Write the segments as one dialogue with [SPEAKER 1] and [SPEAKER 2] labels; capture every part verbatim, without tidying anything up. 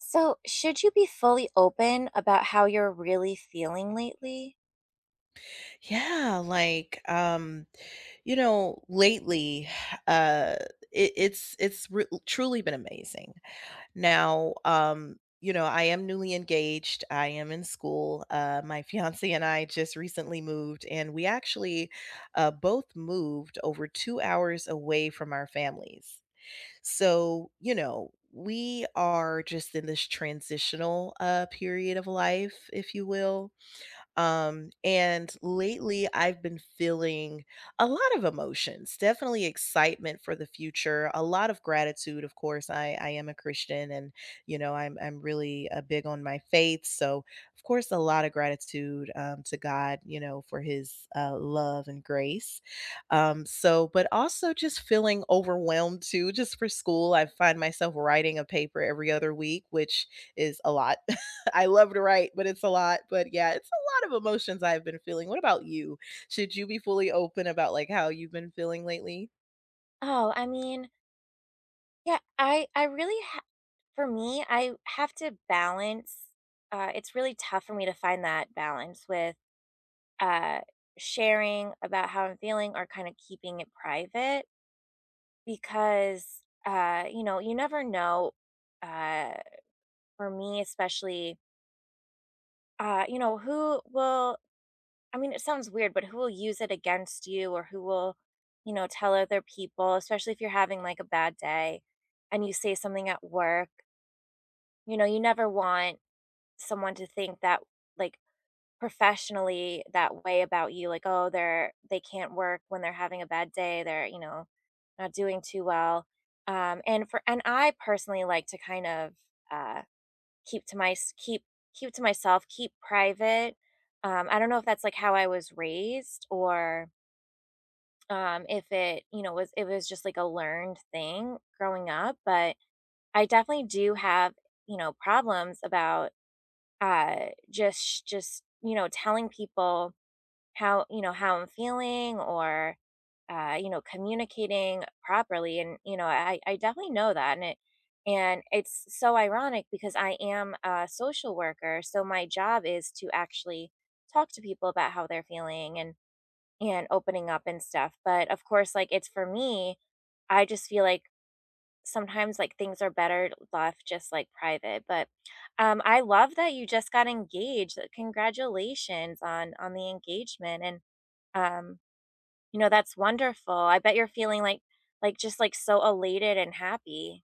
[SPEAKER 1] So, should you be fully open about how you're really feeling lately?
[SPEAKER 2] Yeah, like, um, you know, lately, uh, it, it's it's re- truly been amazing. Now, um, you know, I am newly engaged. I am in school. Uh, my fiance and I just recently moved, and we actually uh, both moved over two hours away from our families. So, you know, we are just in this transitional uh, period of life, if you will. Um, and lately, I've been feeling a lot of emotions, definitely excitement for the future, a lot of gratitude. Of course, I, I am a Christian, and, you know, I'm, I'm really uh, big on my faith. So, of course, a lot of gratitude um, to God, you know, for his uh, love and grace. Um, so, but also just feeling overwhelmed too, just for school. I find myself writing a paper every other week, which is a lot. I love to write, but it's a lot. But yeah, it's a lot of emotions I've been feeling. What about you? Should you be fully open about, like, how you've been feeling lately?
[SPEAKER 1] Oh, I mean, yeah, I I really ha- for me, I have to balance. Uh it's really tough for me to find that balance with uh sharing about how I'm feeling or kind of keeping it private, because uh you know, you never know, uh for me especially, uh you know, who will, I mean, it sounds weird, but who will use it against you, or who will, you know, tell other people, especially if you're having like a bad day and you say something at work. You know, you never want someone to think that, like, professionally that way about you, like, oh, they're, they can't work when they're having a bad day, they're, you know, not doing too well. Um, and for and I personally like to kind of uh keep to my keep keep to myself, keep private. Um, I don't know if that's, like, how I was raised, or, um, if it, you know, was, it was just, like, a learned thing growing up, but I definitely do have, you know, problems about, uh, just just, you know, telling people how, you know, how I'm feeling, or uh, you know, communicating properly. And you know, i i definitely know that. And it and it's so ironic, because I am a social worker, so my job is to actually talk to people about how they're feeling, and and opening up and stuff, but of course, like, it's, for me, I just feel like sometimes like things are better left just like private. But um I love that you just got engaged. Uh, congratulations on on the engagement. And um, you know, that's wonderful. I bet you're feeling like like just like so elated and happy.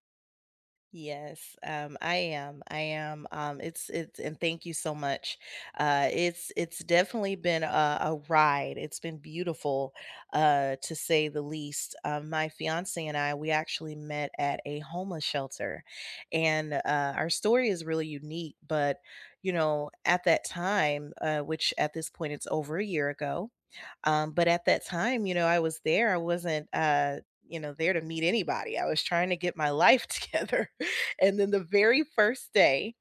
[SPEAKER 2] Yes, um, I am. I am. Um, it's it's And thank you so much. Uh, it's it's definitely been a, a ride. It's been beautiful, uh, to say the least. Um, my fiance and I, we actually met at a homeless shelter, and uh, our story is really unique. But you know, at that time, uh, which at this point it's over a year ago. Um, but at that time, you know, I was there. I wasn't, uh, you know, there to meet anybody. I was trying to get my life together. And then the very first day,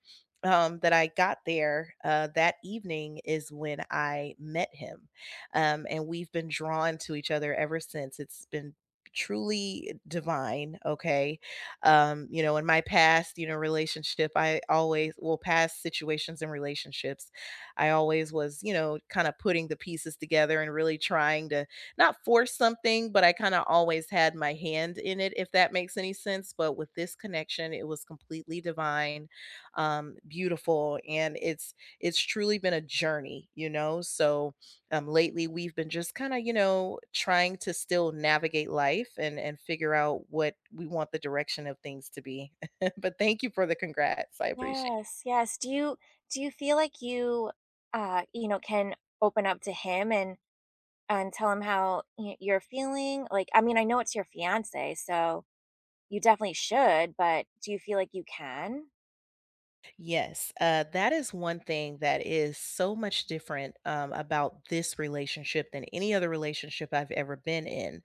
[SPEAKER 2] um, that I got there, uh, that evening is when I met him. Um, and we've been drawn to each other ever since. It's been truly divine. Okay. Um you know in my past, you know relationship, I always will — past situations and relationships, I always was, you know, kind of putting the pieces together and really trying to not force something, but I kind of always had my hand in it, if that makes any sense. But with this connection, it was completely divine, um, beautiful, and it's it's truly been a journey, you know. So, um, lately, we've been just kind of, you know, trying to still navigate life and and figure out what we want the direction of things to be. But thank you for the congrats. I appreciate.
[SPEAKER 1] Yes, yes. Do you do you feel like you, uh you know, can open up to him and and tell him how y- you're feeling? Like, I mean, I know it's your fiance, so you definitely should, but do you feel like you can?
[SPEAKER 2] Yes, uh, that is one thing that is so much different um, about this relationship than any other relationship I've ever been in.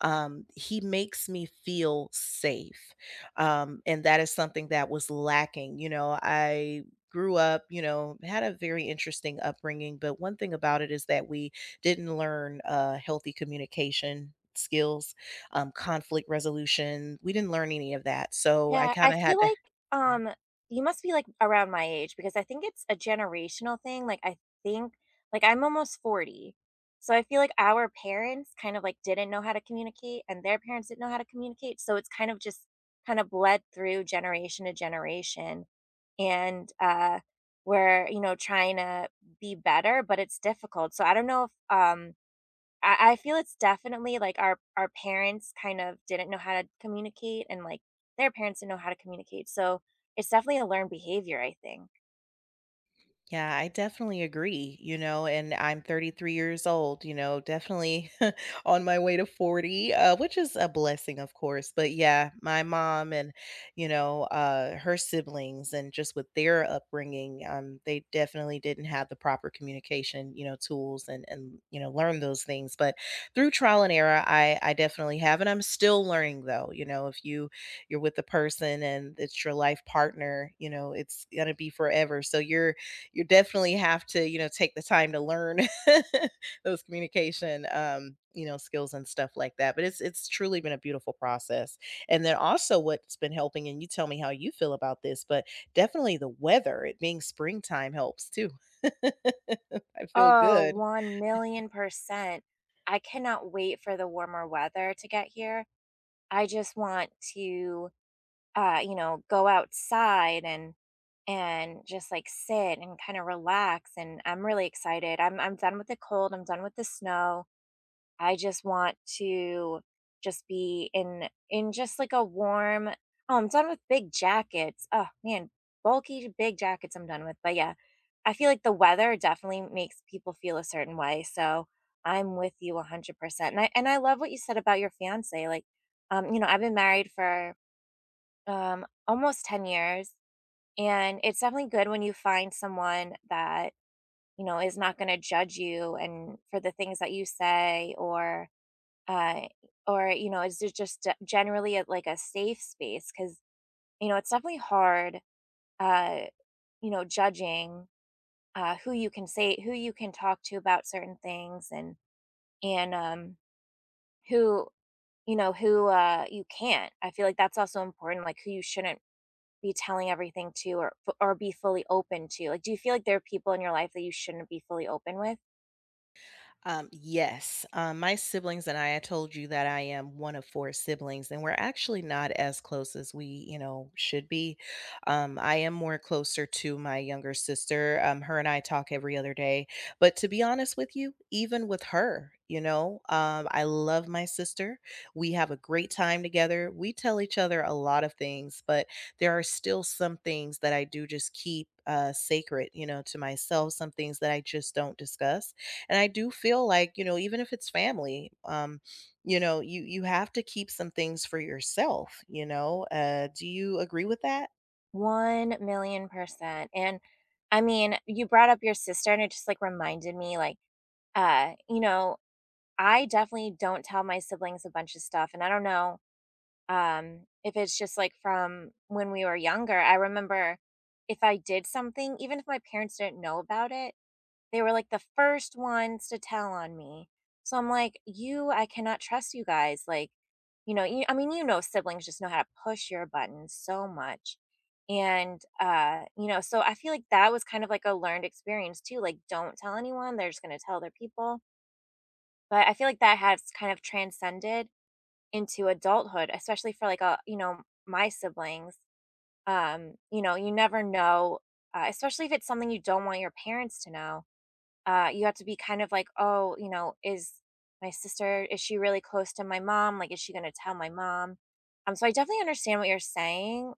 [SPEAKER 2] Um, he makes me feel safe. Um, and that is something that was lacking. You know, I grew up, you know, had a very interesting upbringing. But one thing about it is that we didn't learn uh, healthy communication skills, um, conflict resolution. We didn't learn any of that. So I
[SPEAKER 1] Yeah,
[SPEAKER 2] kind
[SPEAKER 1] I
[SPEAKER 2] of had
[SPEAKER 1] feel
[SPEAKER 2] to.
[SPEAKER 1] like, um, you must be, like, around my age, because I think it's a generational thing. Like, I think like, I'm almost forty, so I feel like our parents kind of, like, didn't know how to communicate, and their parents didn't know how to communicate, so it's kind of just kind of bled through generation to generation, and, uh, we're, you know, trying to be better, but it's difficult, so I don't know if, um I I feel it's definitely, like, our our parents kind of didn't know how to communicate, and, like, their parents didn't know how to communicate, so it's definitely a learned behavior, I think.
[SPEAKER 2] Yeah, I definitely agree, you know, and I'm thirty-three years old, you know, definitely. On my way to forty, uh, which is a blessing, of course. But yeah, my mom and, you know, uh, her siblings, and just with their upbringing, um, they definitely didn't have the proper communication, you know, tools, and, and, you know, learn those things. But through trial and error, I, I definitely have, and I'm still learning though. You know, if you, you're with a person and it's your life partner, you know, it's going to be forever. So you're, you definitely have to, you know, take the time to learn those communication, um, you know, skills and stuff like that. But it's it's truly been a beautiful process. And then also what's been helping, and you tell me how you feel about this, but definitely the weather, it being springtime, helps too. I feel
[SPEAKER 1] Oh,
[SPEAKER 2] good.
[SPEAKER 1] one million percent. I cannot wait for the warmer weather to get here. I just want to, uh, you know, go outside and and just, like, sit and kinda relax, and I'm really excited. I'm I'm done with the cold, I'm done with the snow. I just want to just be in in just like a warm. Oh, I'm done with big jackets. Oh man, bulky big jackets I'm done with. But yeah, I feel like the weather definitely makes people feel a certain way. So I'm with you one hundred percent. And I and I love what you said about your fiance. Like, um you know, I've been married for um almost ten years, and it's definitely good when you find someone that, you know, is not going to judge you and for the things that you say, or uh, or, you know, is it just a- generally a, like, a safe space? Because, you know, it's definitely hard, uh, you know, judging uh, who you can say, who you can talk to about certain things, and, and um, who, you know, who, uh, you can't. I feel like that's also important, like who you shouldn't be telling everything to, or, f- or be fully open to. Like, do you feel like there are people in your life that you shouldn't be fully open with?
[SPEAKER 2] Um, yes, um, my siblings and I, I told you that I am one of four siblings, and we're actually not as close as we, you know, should be. Um, I am more closer to my younger sister. Um, her and I talk every other day. But to be honest with you, even with her, you know, um, I love my sister. We have a great time together. We tell each other a lot of things, but there are still some things that I do just keep, uh, sacred, you know, to myself, some things that I just don't discuss. And I do feel like, you know, even if it's family, um, you know, you you have to keep some things for yourself, you know. Uh, do you agree with that?
[SPEAKER 1] One million percent. And I mean, you brought up your sister, and it just like reminded me like, Uh, you know, I definitely don't tell my siblings a bunch of stuff, and I don't know, um, if it's just, like, from when we were younger. I remember if I did something, even if my parents didn't know about it, they were, like, the first ones to tell on me. So I'm like, "You, I cannot trust you guys." Like, you know, you I mean, you know, siblings just know how to push your buttons so much. And, uh, you know, so I feel like that was kind of like a learned experience too, like, don't tell anyone, they're just gonna tell other people. But I feel like that has kind of transcended into adulthood, especially for, like, a you know, my siblings. Um, you know, you never know, uh, especially if it's something you don't want your parents to know. Uh, you have to be kind of like, "Oh, you know, is my sister is she really close to my mom? Like, is she gonna tell my mom?" Um, so I definitely understand what you're saying.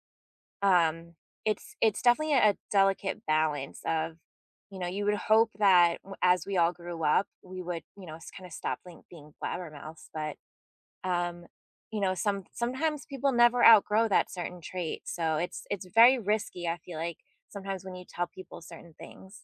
[SPEAKER 1] um, it's it's definitely a delicate balance of, you know, you would hope that w- as we all grew up, we would, you know, kind of stop like being blabbermouths. But um, you know, some sometimes people never outgrow that certain trait. So it's it's very risky, I feel like, sometimes when you tell people certain things.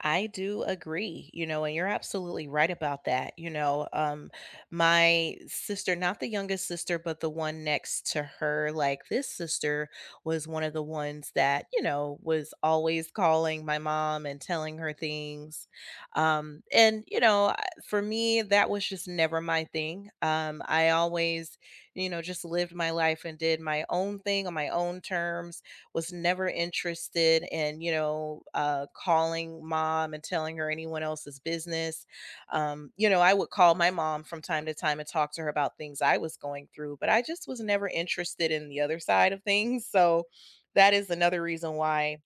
[SPEAKER 2] I do agree, you know, and you're absolutely right about that. You know, um, my sister, not the youngest sister, but the one next to her, like this sister, was one of the ones that, you know, was always calling my mom and telling her things. Um, and, you know, I- for me, that was just never my thing. Um, I always, you know, just lived my life and did my own thing on my own terms, was never interested in, you know, uh, calling mom and telling her anyone else's business. Um, you know, I would call my mom from time to time and talk to her about things I was going through, but I just was never interested in the other side of things. So that is another reason why,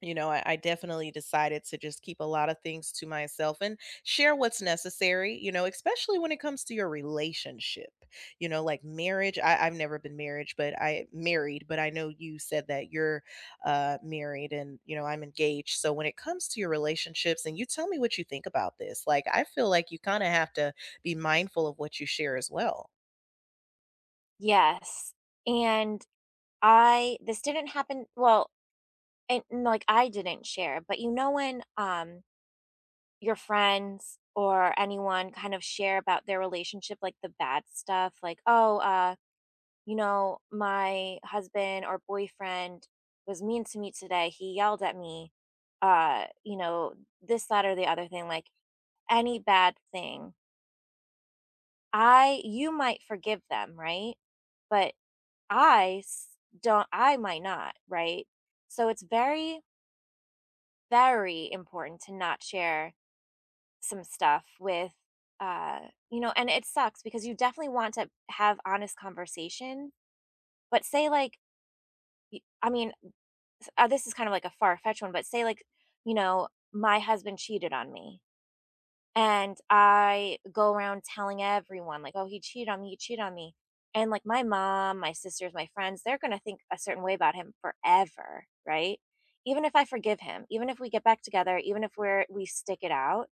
[SPEAKER 2] you know, I, I definitely decided to just keep a lot of things to myself and share what's necessary, you know, especially when it comes to your relationship, you know, like marriage. I, I've never been married, but I married, but I know you said that you're uh, married, and, you know, I'm engaged. So when it comes to your relationships, and you tell me what you think about this, like, I feel like you kind of have to be mindful of what you share as well.
[SPEAKER 1] Yes. And I this didn't happen well, and like I didn't share, but you know when um your friends or anyone kind of share about their relationship, like the bad stuff, like, oh, uh, you know, my husband or boyfriend was mean to me today. He yelled at me. Uh, you know, this, that, or the other thing, like any bad thing. I, you might forgive them, right? But I s- don't, I might not, right? So it's very, very important to not share some stuff with, uh you know. And it sucks, because you definitely want to have honest conversation, but say like, y- i mean s- uh, this is kind of like a far-fetched one, but say like, you know, my husband cheated on me, and I go around telling everyone, like, oh, he cheated on me, he cheated on me, and like, my mom, my sisters, my friends, they're going to think a certain way about him forever, right? Even if I forgive him, even if we get back together, even if we're we stick it out,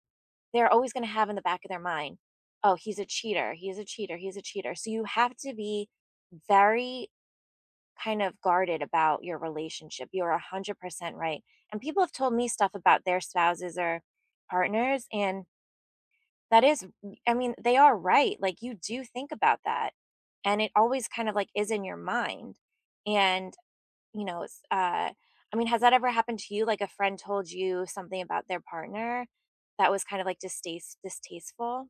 [SPEAKER 1] they're always gonna have in the back of their mind, "Oh, he's a cheater, he's a cheater, he's a cheater." So you have to be very kind of guarded about your relationship. You're one hundred percent right, and people have told me stuff about their spouses or partners, and that is I mean, they are right, like, you do think about that, and it always kind of, like, is in your mind, and, you know, it's, uh I mean, has that ever happened to you, like, a friend told you something about their partner that was kind of, like, distas distasteful?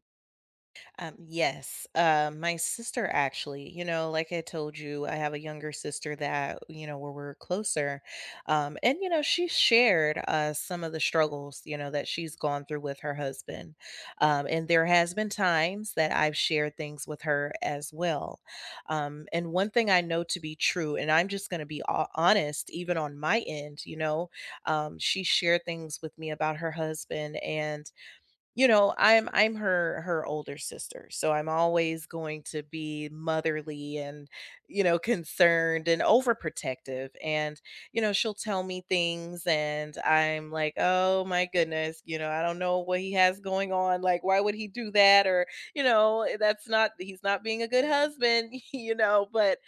[SPEAKER 2] Um, yes, uh, my sister actually, you know, like I told you, I have a younger sister that, you know, where we're closer. Um, and, you know, she shared uh, some of the struggles, you know, that she's gone through with her husband. Um, and there has been times that I've shared things with her as well. Um, and one thing I know to be true, and I'm just going to be ho- honest, even on my end, you know, um, she shared things with me about her husband. And you know, I'm I'm her her older sister, so I'm always going to be motherly, and, you know, concerned and overprotective, and, you know, she'll tell me things. And I'm like, "Oh my goodness, you know, I don't know what he has going on. Like, why would he do that?" Or, you know, eh, that's not he's not being a good husband, you know, but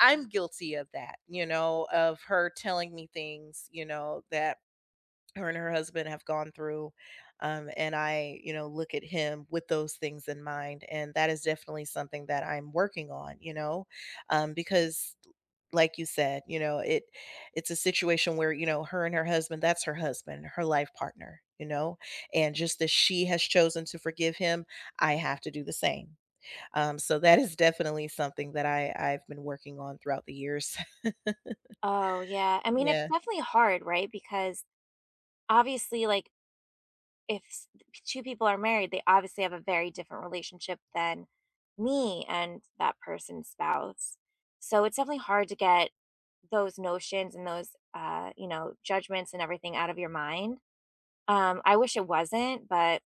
[SPEAKER 2] I- am guilty of that, you know, of her telling me things, you know, that her and her husband have gone through. Um, and I, you know look at him with those things in mind, and that is definitely something that I'm working on you know um, because like you said, you know, it it's a situation where, you know, her and her husband — that's her husband, her life partner, you know. And just as she has chosen to forgive him, I have to do the same. Um, so that is definitely something that i i've been working on throughout the years.
[SPEAKER 1] Oh, yeah. I mean, it's
[SPEAKER 2] Yeah,
[SPEAKER 1] definitely hard, right? Because obviously, like, if s- two people are married, they obviously have a very different relationship than me and that person's spouse. So it's definitely hard to get those notions and those, uh, you know, judgments and everything out of your mind. Um, I wish it wasn't, but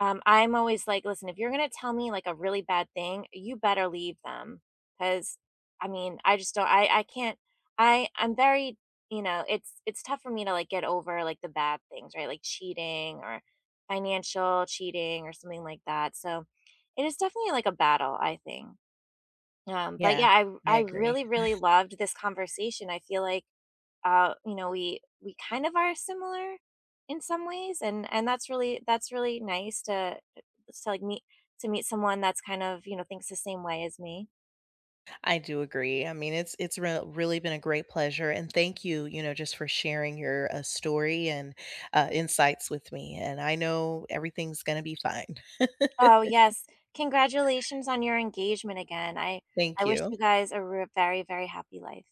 [SPEAKER 1] um, I'm always like, "Listen, if you're gonna tell me, like, a really bad thing, you better leave them, because, I mean, I just don't, I I can't, I I'm very, you know, it's it's tough for me to, like, get over, like, the bad things, right? Like cheating or financial cheating or something like that, so it is definitely, like, a battle, I think. Um, but
[SPEAKER 2] yeah.
[SPEAKER 1] yeah,
[SPEAKER 2] I
[SPEAKER 1] I I
[SPEAKER 2] agree.
[SPEAKER 1] really, really loved this conversation. I feel like, uh, you know, we we kind of are similar in some ways, and and that's really that's really nice to to like meet to meet someone that's kind of, you know, thinks the same way as me.
[SPEAKER 2] I do agree. I mean, it's it's re- really been a great pleasure, and thank you, you know, just for sharing your uh, story and uh, insights with me. And I know everything's going to be fine.
[SPEAKER 1] Oh yes, congratulations on your engagement again. I
[SPEAKER 2] Thank
[SPEAKER 1] I wish
[SPEAKER 2] you.
[SPEAKER 1] you guys a re- very, very happy life.